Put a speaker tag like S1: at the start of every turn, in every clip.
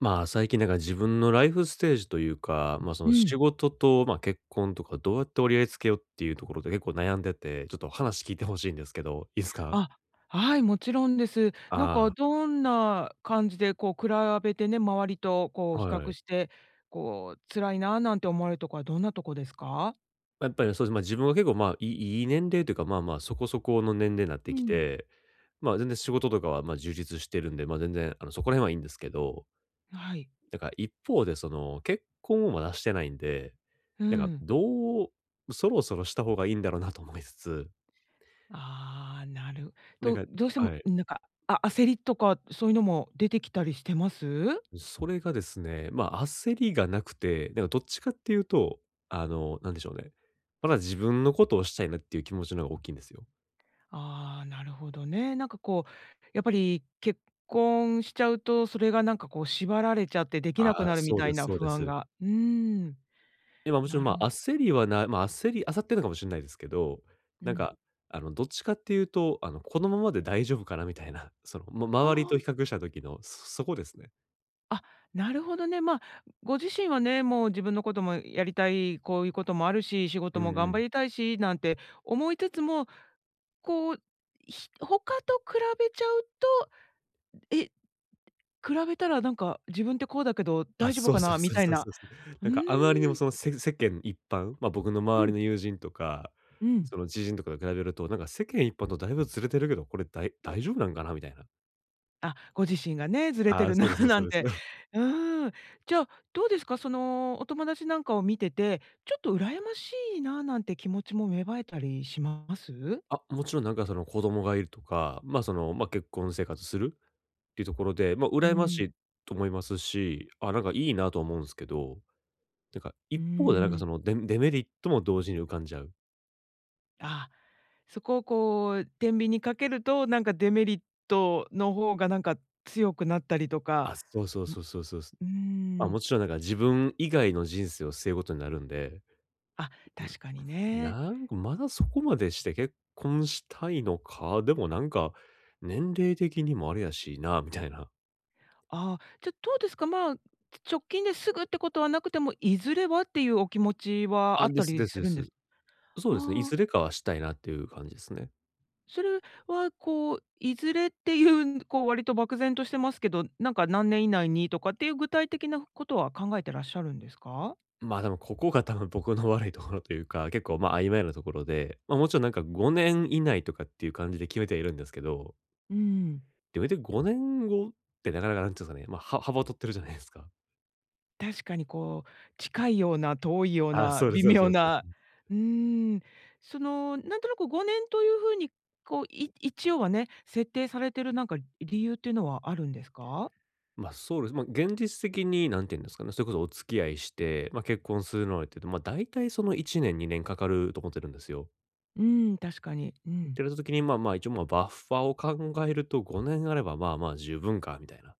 S1: まあ、最近なんか自分のライフステージというか、まあ、そ
S2: う
S1: の仕
S2: ん。
S1: 事と、まあ、結婚とかどうやって折り合いつけようっていうところで結構悩んでて、ちょっと話聞いてほしいんですけど、いいですか？
S2: あ、はい、もちろんです。なんか
S1: あ
S2: どんな感じでこう比べてね、周りとこ
S1: あ、
S2: う比
S1: は
S2: 較
S1: い。
S2: して、こう辛いななんて思われるとこはどんなとこですか？
S1: やっぱりそうです、まあ、自分は結構、まあ、いい年齢というか、まあまあ、そこそこの年齢になって
S2: う
S1: き
S2: ん。
S1: て、まあ、全然仕事とかは、まあ、充実してるんで、まあ、全然そこら辺はいいんですけど、
S2: はい。
S1: なんか一方でその、結婚をまだしてないんで、
S2: う
S1: なんか
S2: ん。
S1: そろそろした方がいいんだろうなと思いつつ、
S2: ああ、なる
S1: なん
S2: と、
S1: か、
S2: どうしても
S1: はい。
S2: なんか、焦りとかそういうのも出てきたりしてます？
S1: それがですね、まあ、焦りがなくて、なんかどっちかっていうと、なんでしょうね。まだ自分のことをしたいなっていう気持ちの方が大きいんですよ。
S2: ああ、なるほどね。なんかこう、やっぱり結婚しちゃうと、それがなんかこう縛られちゃってでき
S1: あ
S2: なく
S1: あ、
S2: なるみ
S1: そう
S2: た
S1: で
S2: い
S1: す
S2: な
S1: そうで
S2: 不安
S1: す。
S2: が。うーん、
S1: で、まあ、もちろ
S2: な
S1: ん、
S2: る
S1: まあ、焦りはなまあ、焦ってるのかもしれないですけど、
S2: う
S1: なん
S2: ん。
S1: か、どっちかっていうと、このままで大丈夫かなみたいな、その、ま、周り
S2: あ
S1: と比較した時の、そこですね。
S2: ああ、なるほどね。まあ、ご自身はね、もう自分のこともやりたい、こういうこともあるし、仕
S1: う
S2: 事も
S1: んう
S2: 頑
S1: ん。
S2: 張りたいし、なんて思いつつも、こう、他と比べちゃうと、え、比べたらなんか自分ってこうだけど
S1: あ、
S2: 大丈夫
S1: そう
S2: か
S1: そう
S2: なみ
S1: そう
S2: たい
S1: そう
S2: な。
S1: そうそう。
S2: う
S1: なんかあまりにも
S2: ーん、
S1: その世間一般、ま、僕の
S2: う
S1: 周り
S2: ん、
S1: の友人とか、
S2: うん。
S1: その知人とかと比べると、なんか世間一般とだいぶずれてるけど、これ大丈夫なんかなみたいな。
S2: あ、ご自身がね、ずれ
S1: あ
S2: て
S1: あ、
S2: る
S1: そ
S2: な
S1: うで す
S2: な
S1: そう
S2: ん
S1: です
S2: て。
S1: そう
S2: うーん。じゃあ、どうですか、そのお友達なんかを見てて、ちょっと羨ましいななんて気持ちも芽生えたりします？
S1: あ、もちろんなんかその子供がいるとか、ま、その、ま、結婚生活するっていうところで、ま、
S2: う
S1: 羨まし
S2: ん、
S1: いと思いますし、あ、なんかいいなと思うんですけど、なんか
S2: うー
S1: 一方でなんか
S2: ん。
S1: そのデメリットも同時に浮かんじゃう。
S2: あ、そこをこう天秤にかけると、なんかデメリットの方がなんか強くなったりとか、
S1: あ、そうそう
S2: んう
S1: そうそうそう。
S2: ー
S1: ま、
S2: ん、
S1: もちろんなんか自分以外の人生を背負うことになるんで
S2: あ、確かにね。
S1: ななんか、まだそこまでして結婚したいのか、でもなんか、年齢的にもあれやしな、みたいな。
S2: ああ、じゃ、どうですか、まあ、直近ですぐってことはなくても、いずれはっていうお気持ちは
S1: あ、
S2: あっ
S1: で
S2: た
S1: す
S2: り
S1: です
S2: す
S1: で
S2: るんで
S1: す。
S2: す。
S1: そうですね、い
S2: ああ、
S1: ずれかはしたいなっていう感じですね。
S2: それはこう、いずれっていう、こう割と漠然としてますけど、なんか何年以内にとかっていう具体的なことは考えてらっしゃるんですか？
S1: まあ、でもここが多分僕の悪いところというか、結構まあ曖昧なところで、まあもちろんなんか5年以内とかっていう感じで決めてはいるんですけど、
S2: うん。
S1: でも5年後ってなかなかなんていうんですかね、まあは幅を取ってるじゃないですか。
S2: 確かにこう、近いような遠いよう
S1: あ、
S2: な
S1: そうで
S2: 微
S1: すそう
S2: 妙
S1: ですそう
S2: な、
S1: です。
S2: うーん、その、なんとなく5年というふうに、こう、一応はね、設定されてるなんか理由っていうのはあるんですか？
S1: ま、そうです。ま、現実的になんて言うんですかね、それこそお付き合いして、ま、結婚するのにっていうと、ま、大体その1年、2年かかると思ってるんですよ。
S2: うん、確かに。う
S1: っ
S2: ん。
S1: てなった時に、まあまあ、一応、ま、バッファーを考えると5年あれば、まあまあ十分かみたいな。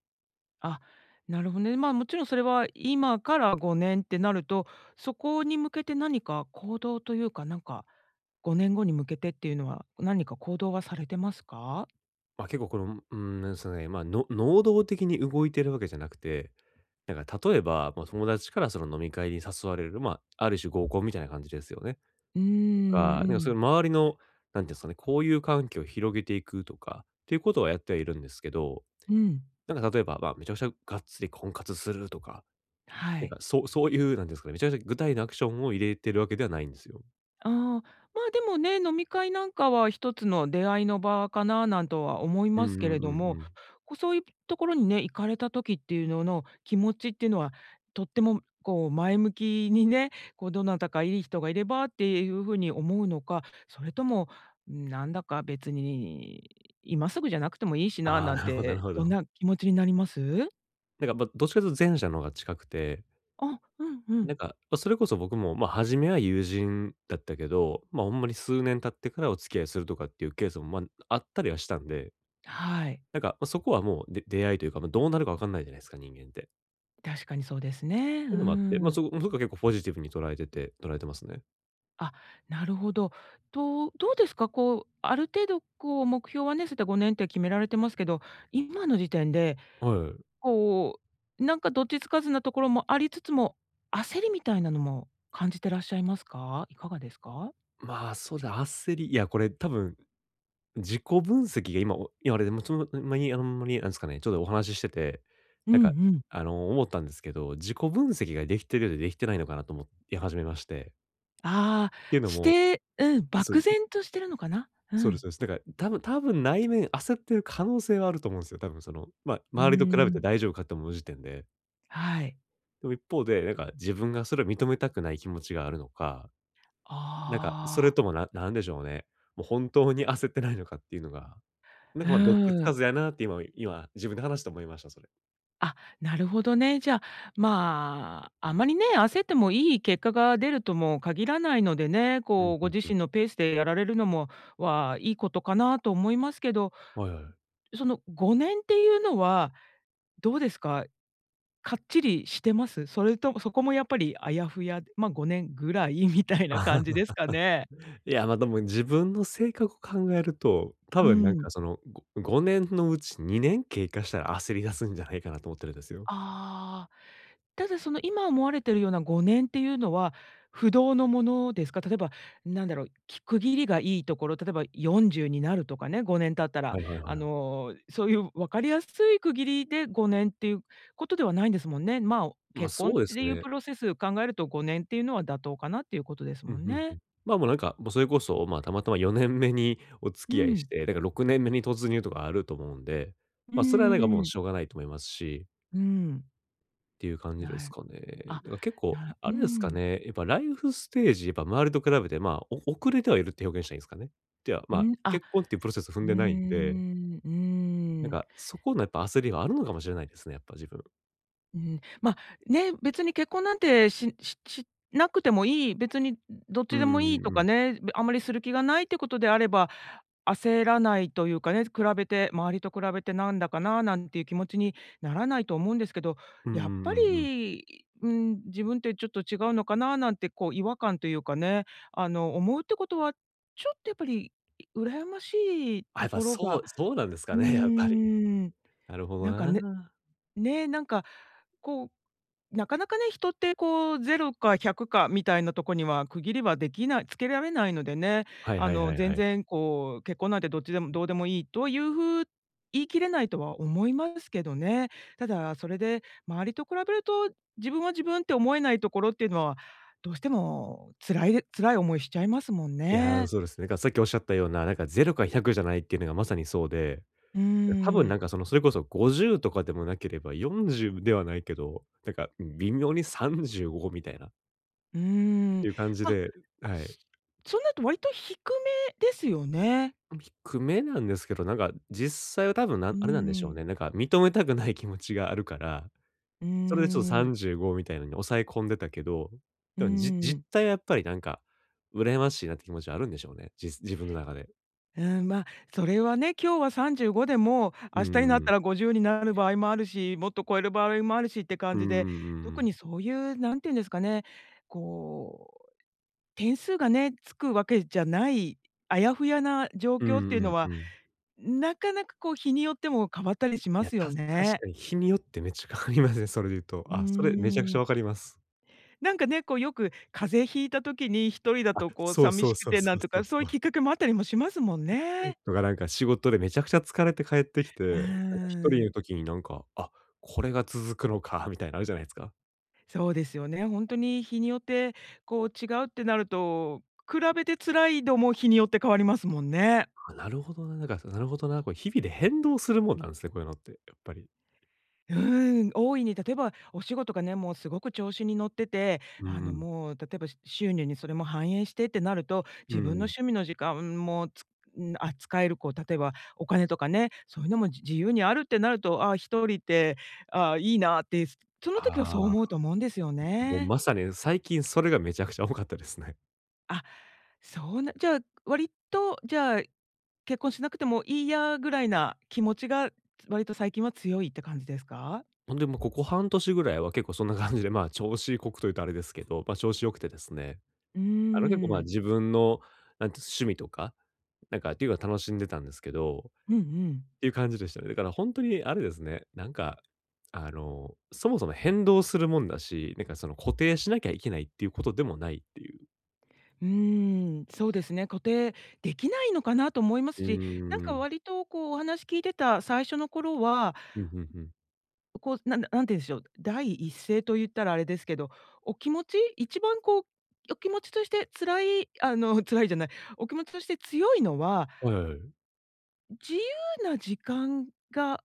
S2: あ、なるほどね。まあ、もちろんそれは今から5年ってなると、そこに向けて何か行動というか、なんか5年後に向けてっていうのは、何か行動はされてますか？
S1: ま、結構この、うん、なんですかね、ま、能動的に動いてるわけじゃなくて、なんか例えば、まあ、友達からその飲み会に誘われる、ま、ある種合コンみたいな感じですよね。
S2: うー
S1: と
S2: ん、
S1: か、なん
S2: う
S1: かそれ
S2: ん、
S1: 周りの、なんていうんですかね、交友関係を広げていくとかっていうことはやってはいるんですけど、
S2: うん、
S1: なんか例えば、まあ、めちゃくちゃがっつり婚活するとか、
S2: は
S1: なん
S2: い。
S1: かそういう、なんていうんですかね、めちゃくちゃ具体のアクションを入れてるわけではないんですよ。
S2: ああ、まあ、でもね、飲み会なんかは一つの出会いの場かななんとは思い
S1: う
S2: ま
S1: んうん
S2: す
S1: う
S2: けれ
S1: ん
S2: ども、
S1: うん。
S2: こう、そういうところにね、行かれた時っていうのの気持ちっていうのは、とってもこう前向きにね、こうどなたかいい人がいればっていう風に思うのか、それとも、なんだか別に今すぐじゃなくてもいいしな
S1: ああ、
S2: なん
S1: なるほどなる
S2: て、
S1: ほ
S2: どん
S1: ど。
S2: な気持ちになります？
S1: なんか、まあ、どっちかというと前者の方が近くて、
S2: あ、うんう
S1: な
S2: ん。
S1: んか、ま、それこそ僕も、まあ、初めは友人だったけど、まあ、ほんまに数年経ってからお付き合いするとかっていうケースも、まあ、あったりはしたんで、
S2: はい。
S1: なんか、まあ、そこはもう、出会いというか、まあ、どうなるかわかんないじゃないですか、人間って。
S2: 確かにそうです
S1: っ
S2: ね。う
S1: ていうのもあって、まあ、
S2: ん。
S1: そこそこは結構ポジティブに捉えてますね。
S2: あ、なるほど。どうですか？こう、ある程度こう目標はね、そういった5年って決められてますけど、今の時点で、
S1: はい。
S2: こう、なんかどっちつかずなところもありつつも、焦りみたいなのも感じてらっしゃいますか？いかがですか？
S1: まあ、そうだ、いや、これ多分、自己分析が今、いや、あれ、でも、その、前まに、あの、まに、なんですかね、ちょっとお話ししてて、
S2: うん
S1: なん
S2: う
S1: か、
S2: ん。
S1: 思ったんですけど、自己分析ができてるようでできてないのかなと思い始めまして。
S2: ああ、
S1: っていうの
S2: し
S1: も、
S2: て、うん、
S1: そ
S2: 漠然としてるのかな？う
S1: そうです
S2: ん。
S1: そうです。だから、多分内面焦ってる可能性はあると思うんですよ。多分その、まあ、
S2: うー
S1: 周りと比べて
S2: ん。
S1: 大丈夫かって思う時点で。
S2: はい。
S1: でも一方で、なんか自分がそれを認めたくない気持ちがあるのか、なんか、それ
S2: あ
S1: とも、なんでしょうね、もう本当に焦ってないのかっていうのがな
S2: あ、
S1: ん
S2: う
S1: か、まあ、どっちつかず
S2: ー
S1: やなって今、自分で話して思いました、それ。
S2: あ、なるほどね。じゃあ、まあ、あまりね、焦ってもいい結果が出るとも限らないのでね、
S1: うん
S2: こう
S1: う
S2: ご
S1: ん
S2: 自
S1: うん。
S2: 身のペースでやられるのもはいいことかなと思いますけど、
S1: はいはい。
S2: その5年っていうのはどうですか？かっちりしてます？それともそこもやっぱりあやふや、まあ、5年ぐらい みたいな感じです かね？
S1: いや、ま、でも自分の性格を考えると、多
S2: う
S1: 分なん
S2: ん。
S1: かその、5年のうち2年経過したら焦り出すんじゃないかなと思ってるんですよ。
S2: ああ。ただその今思われてるような5年っていうのは、不動のものですか？例えばなんだろう、区切りがいいところ、例えば40になるとかね、5年経ったら、
S1: はいはいはい
S2: あ
S1: はい。
S2: の、そういう分かりやすい区切りで5年っていうことではないんですもんね。まあ、
S1: ま、
S2: 結
S1: そ
S2: 婚っ
S1: うで
S2: て
S1: す
S2: いう
S1: ね。
S2: プロセス考えると5年っていうのは妥当かなっていうことです
S1: う
S2: も
S1: ん
S2: ん
S1: うんう
S2: ね。
S1: ん。ま、もうなんか、もうそれこそ、ま、たまたま4年目にお
S2: う
S1: 付き合いし
S2: ん。
S1: て、だから6年目に突入とかあると思うんで、
S2: う
S1: ま、それはなんかもう
S2: ん。
S1: しょうがないと思いますし
S2: うん。
S1: っていう感じです
S2: なる
S1: かね。
S2: あ、
S1: だから結構、
S2: なる、
S1: あ
S2: う
S1: れですか
S2: ん。
S1: ね、やっぱライフステージ、やっぱ周りと比べて、まあ、遅れてはいるって表現したらいいんですかね。では、
S2: う
S1: まあ、
S2: ん、あ、
S1: 結婚っていうプロセスを踏
S2: う
S1: ん
S2: ー
S1: でないんで、
S2: ん、う
S1: な
S2: ー
S1: ん
S2: ん。
S1: か、そこのやっぱ焦りはあるのかもしれないですね、やっぱ自分。
S2: うん、ま、ね、別に結婚なんてしなくてもいい、別にどっ
S1: うん
S2: ちでも
S1: うん
S2: いいと
S1: う
S2: か
S1: ん。
S2: ね、あまりする気がないってことであれば、焦らないというかね、比べて周りと比べてなんだかな、なんていう気持ちにならないと思うんですけど、
S1: うんう
S2: やっぱ
S1: んうんうん。
S2: り、うん、自分ってちょっと違うのかななんてこう違和感というかね、あの、思うってことは、ちょっとやっぱり、羨ましい
S1: あ、や
S2: と
S1: っぱ
S2: ころ
S1: そう
S2: が。
S1: そうなんですか
S2: うー
S1: ね、やっぱり。
S2: ん、
S1: なるほど
S2: なんか
S1: な。
S2: ね、なんかこうなかなかね、人ってこうゼロか100かみたいなとこには区切りはできないつけられないのでね、
S1: はい
S2: あ
S1: はい
S2: の、
S1: はいは
S2: 全
S1: い。
S2: 然こう、結婚なんてどうでもいいというふう言い切れないとは思いますけどね。ただ、それで周りと比べると、自分は自分って思えないところっていうのは、どうしても辛い、辛い思いしちゃいますもん
S1: いやー、
S2: ね。
S1: そうですね。だからさっきおっしゃったような、なんかゼロか100じゃないっていうのがまさにそうで
S2: うー
S1: 多分
S2: ん、
S1: なんかその、それこそ50とかでもなければ、40ではないけど、なんか微妙に35みたいな、っ
S2: うー
S1: て
S2: ん。
S1: いう感じ
S2: まあ、
S1: で、はい。
S2: そそうなると割と低めですよね。
S1: 低めなんですけど、なんか実際は多分、
S2: う
S1: あれなんでしょう
S2: ーん、
S1: ね、なんか認めたくない気持ちがあるから、
S2: う
S1: それでちょっと
S2: ーん、
S1: 35みたいなのに抑え込んでたけど、
S2: う
S1: で
S2: ー
S1: も実
S2: ん。
S1: 態はやっぱりなんか、羨ましいなって気持ちはあるんでしょうね。自分の中で。
S2: うん、ま、それはね、今日は35でも、
S1: う
S2: 明
S1: ん
S2: 日
S1: う
S2: にな
S1: ん
S2: っ
S1: う
S2: た
S1: ん。
S2: ら50になる場合もあるし、もっと超える場合もあるしって
S1: う
S2: 感
S1: んう
S2: じ
S1: んう
S2: で、
S1: んう
S2: 特
S1: ん。
S2: にそういうなんていうんですかね、こう、点数がね、つくわけじゃない、あやふやな状
S1: う
S2: 況っ
S1: ん
S2: ていう
S1: う
S2: の
S1: んう
S2: は、
S1: ん。
S2: なかなかこう日によっても変わったりし
S1: い
S2: ま
S1: や、
S2: すよ
S1: 確
S2: ね。
S1: かに日によってめっちゃ変わりますね、それで言うと。
S2: うー
S1: あ、それめちゃくちゃ
S2: ん。
S1: わかります。
S2: なんかね、こうよく風邪ひいた時に一人だ
S1: あ、
S2: とこう
S1: そう
S2: 寂
S1: そう
S2: しく
S1: そう
S2: て
S1: そ
S2: なん
S1: う
S2: と
S1: そ
S2: か、
S1: う
S2: そういう
S1: そう。
S2: きっかけもあったりもしますもんね。
S1: とかなんか仕事でめちゃくちゃ疲れて帰ってきて、な
S2: うー
S1: んか1人いる
S2: ん。
S1: 時になんか、あ、これが続くのかみたいなのあるじゃないですか。
S2: そうですよね。本当に日によって、こう違うってなると、比べて辛い度も日によって変わりますもんね。
S1: あ、なるほどな、なんか、なるほどな、これ日々で変動するもんなんですね、こういうのって、やっぱり。
S2: うーん、大いに例えばお仕事がね、もうすごく調子に乗ってて、
S1: う
S2: あ
S1: んう
S2: の
S1: ん。
S2: もう例えば収入にそれも反映してってなると、
S1: う
S2: 自
S1: ん
S2: 分
S1: う
S2: の趣
S1: ん。
S2: 味の時間もつん、あ、使えるこう例えばお金とかね、そういうのも自由にあるってなると、ああ、人って、ああ、いいなって、その時はそう
S1: あ
S2: 思う
S1: あ、
S2: と思うんですよ
S1: もう
S2: ね。
S1: まさに最近それがめちゃくちゃ多かったですね。
S2: あ、そうなじゃあ割と、じゃあ結婚しなくてもいいやぐらいな気持ちが、割と最近は強いって感じですか？
S1: ほんで、ま、ここ半年ぐらいは結構そんな感じで、まあ、調子こくというとあれですけど、ま、調子良くてですね、
S2: うー
S1: 結構、ま、
S2: ん。
S1: 自分の、なんて趣味とか、なんかっていうか楽しんでたんですけど、っ
S2: うんうん。
S1: ていう感じでしたね。だからほんとにあれですね、なんか、そもそも変動するもんだし、なんかその固定しなきゃいけないっていうことでもないっていう。
S2: うーん、そうですね、固定できないのかなと思いま
S1: う
S2: すし、なん
S1: ー
S2: か
S1: ん。
S2: 割とこうお話聞いてた最初の頃は、
S1: うん、ふんふん。
S2: こう、なんて言うんでしょう、第一声と言ったらあれですけど、お気持ち一番こう、お気持ちとして辛い、あの、辛いじゃない、お気持ちとして強いのは、
S1: はいはいはい。
S2: 自由な時間が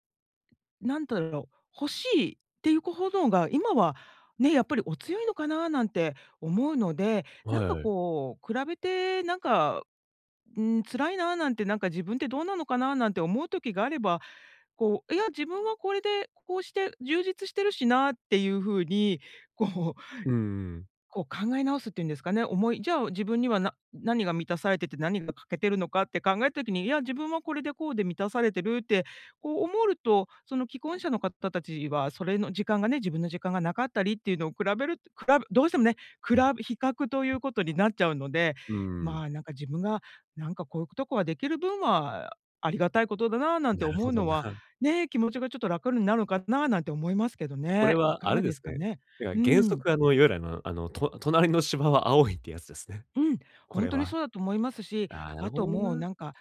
S2: なんだろう、欲しいっていうほどが、今はね、やっぱりお強いのかななんて思うので、な
S1: は
S2: ん
S1: い
S2: か
S1: はい。
S2: こう比べてなんか、うん、辛いななんて、なんか自分ってどうなのかななんて思う時があれば、こう、いや自分はこれでこうして充実してるしなっていう風に、こう
S1: うんうん。
S2: こう考え直すっていうんですかね、じゃあ自分には何が満たされてて何が欠けてるのかって考えた時に、いや自分はこれでこうで満たされてるってこう思うと、その既婚者の方たちはそれの時間がね、自分の時間がなかったりっていうのをどうしてもね、比較ということになっちゃうので、
S1: うん。
S2: まあなんか自分がなんかこういうとこはできる分はありがたいことだななんて
S1: なる
S2: 思
S1: ほ
S2: う
S1: ど
S2: の
S1: な。
S2: は、ね、気持ちがちょっと楽になるのかななんて思いますけど
S1: これ
S2: ね。い
S1: は
S2: か
S1: あれ
S2: が
S1: で
S2: です
S1: す
S2: か
S1: ね。
S2: ね？
S1: だから
S2: う
S1: 原
S2: ん。
S1: 則いわゆる隣の芝は青いってやつですね。
S2: うん、
S1: こ
S2: 本
S1: れ
S2: 当に
S1: は。
S2: そうだと思いますし、
S1: ああ、なる
S2: あ
S1: ほど
S2: ともう
S1: な。
S2: なんか、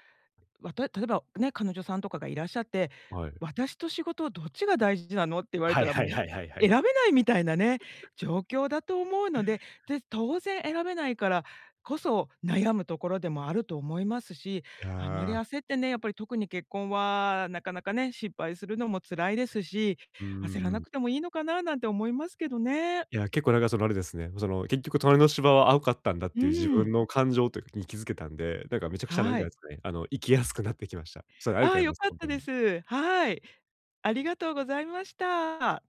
S2: 例えばね、彼女さんとかがいらっしゃって、
S1: はい。
S2: 「私と仕事どっちが大事なの？」って言われ
S1: は
S2: た
S1: い
S2: ら
S1: はい
S2: も
S1: はいはいは
S2: う選
S1: い。
S2: べないみたいなね、状況だと思うので、で、当然選べないからこそ悩むところでもあると思いますし、
S1: い
S2: あんまり
S1: や、
S2: 焦ってね、やっぱり特に結婚はなかなかね、失敗するのも辛いですし、
S1: うんう
S2: 焦ら
S1: ん
S2: な
S1: うん。
S2: くてもいいのかななんて思いますけどね。
S1: いや、結構なんかそのあれですね、その結局隣の芝は青かったんだっ
S2: う
S1: ていう自
S2: ん、
S1: 分の感情というかに気づけたんで、なんかめちゃくちゃなん
S2: は
S1: かで
S2: い。
S1: すね、生きやすくなってきました。それありが
S2: あ
S1: と
S2: あ、
S1: うござい
S2: 良
S1: ます、
S2: かっ
S1: 本当
S2: たで
S1: に。
S2: す。はい。ありがとうございました。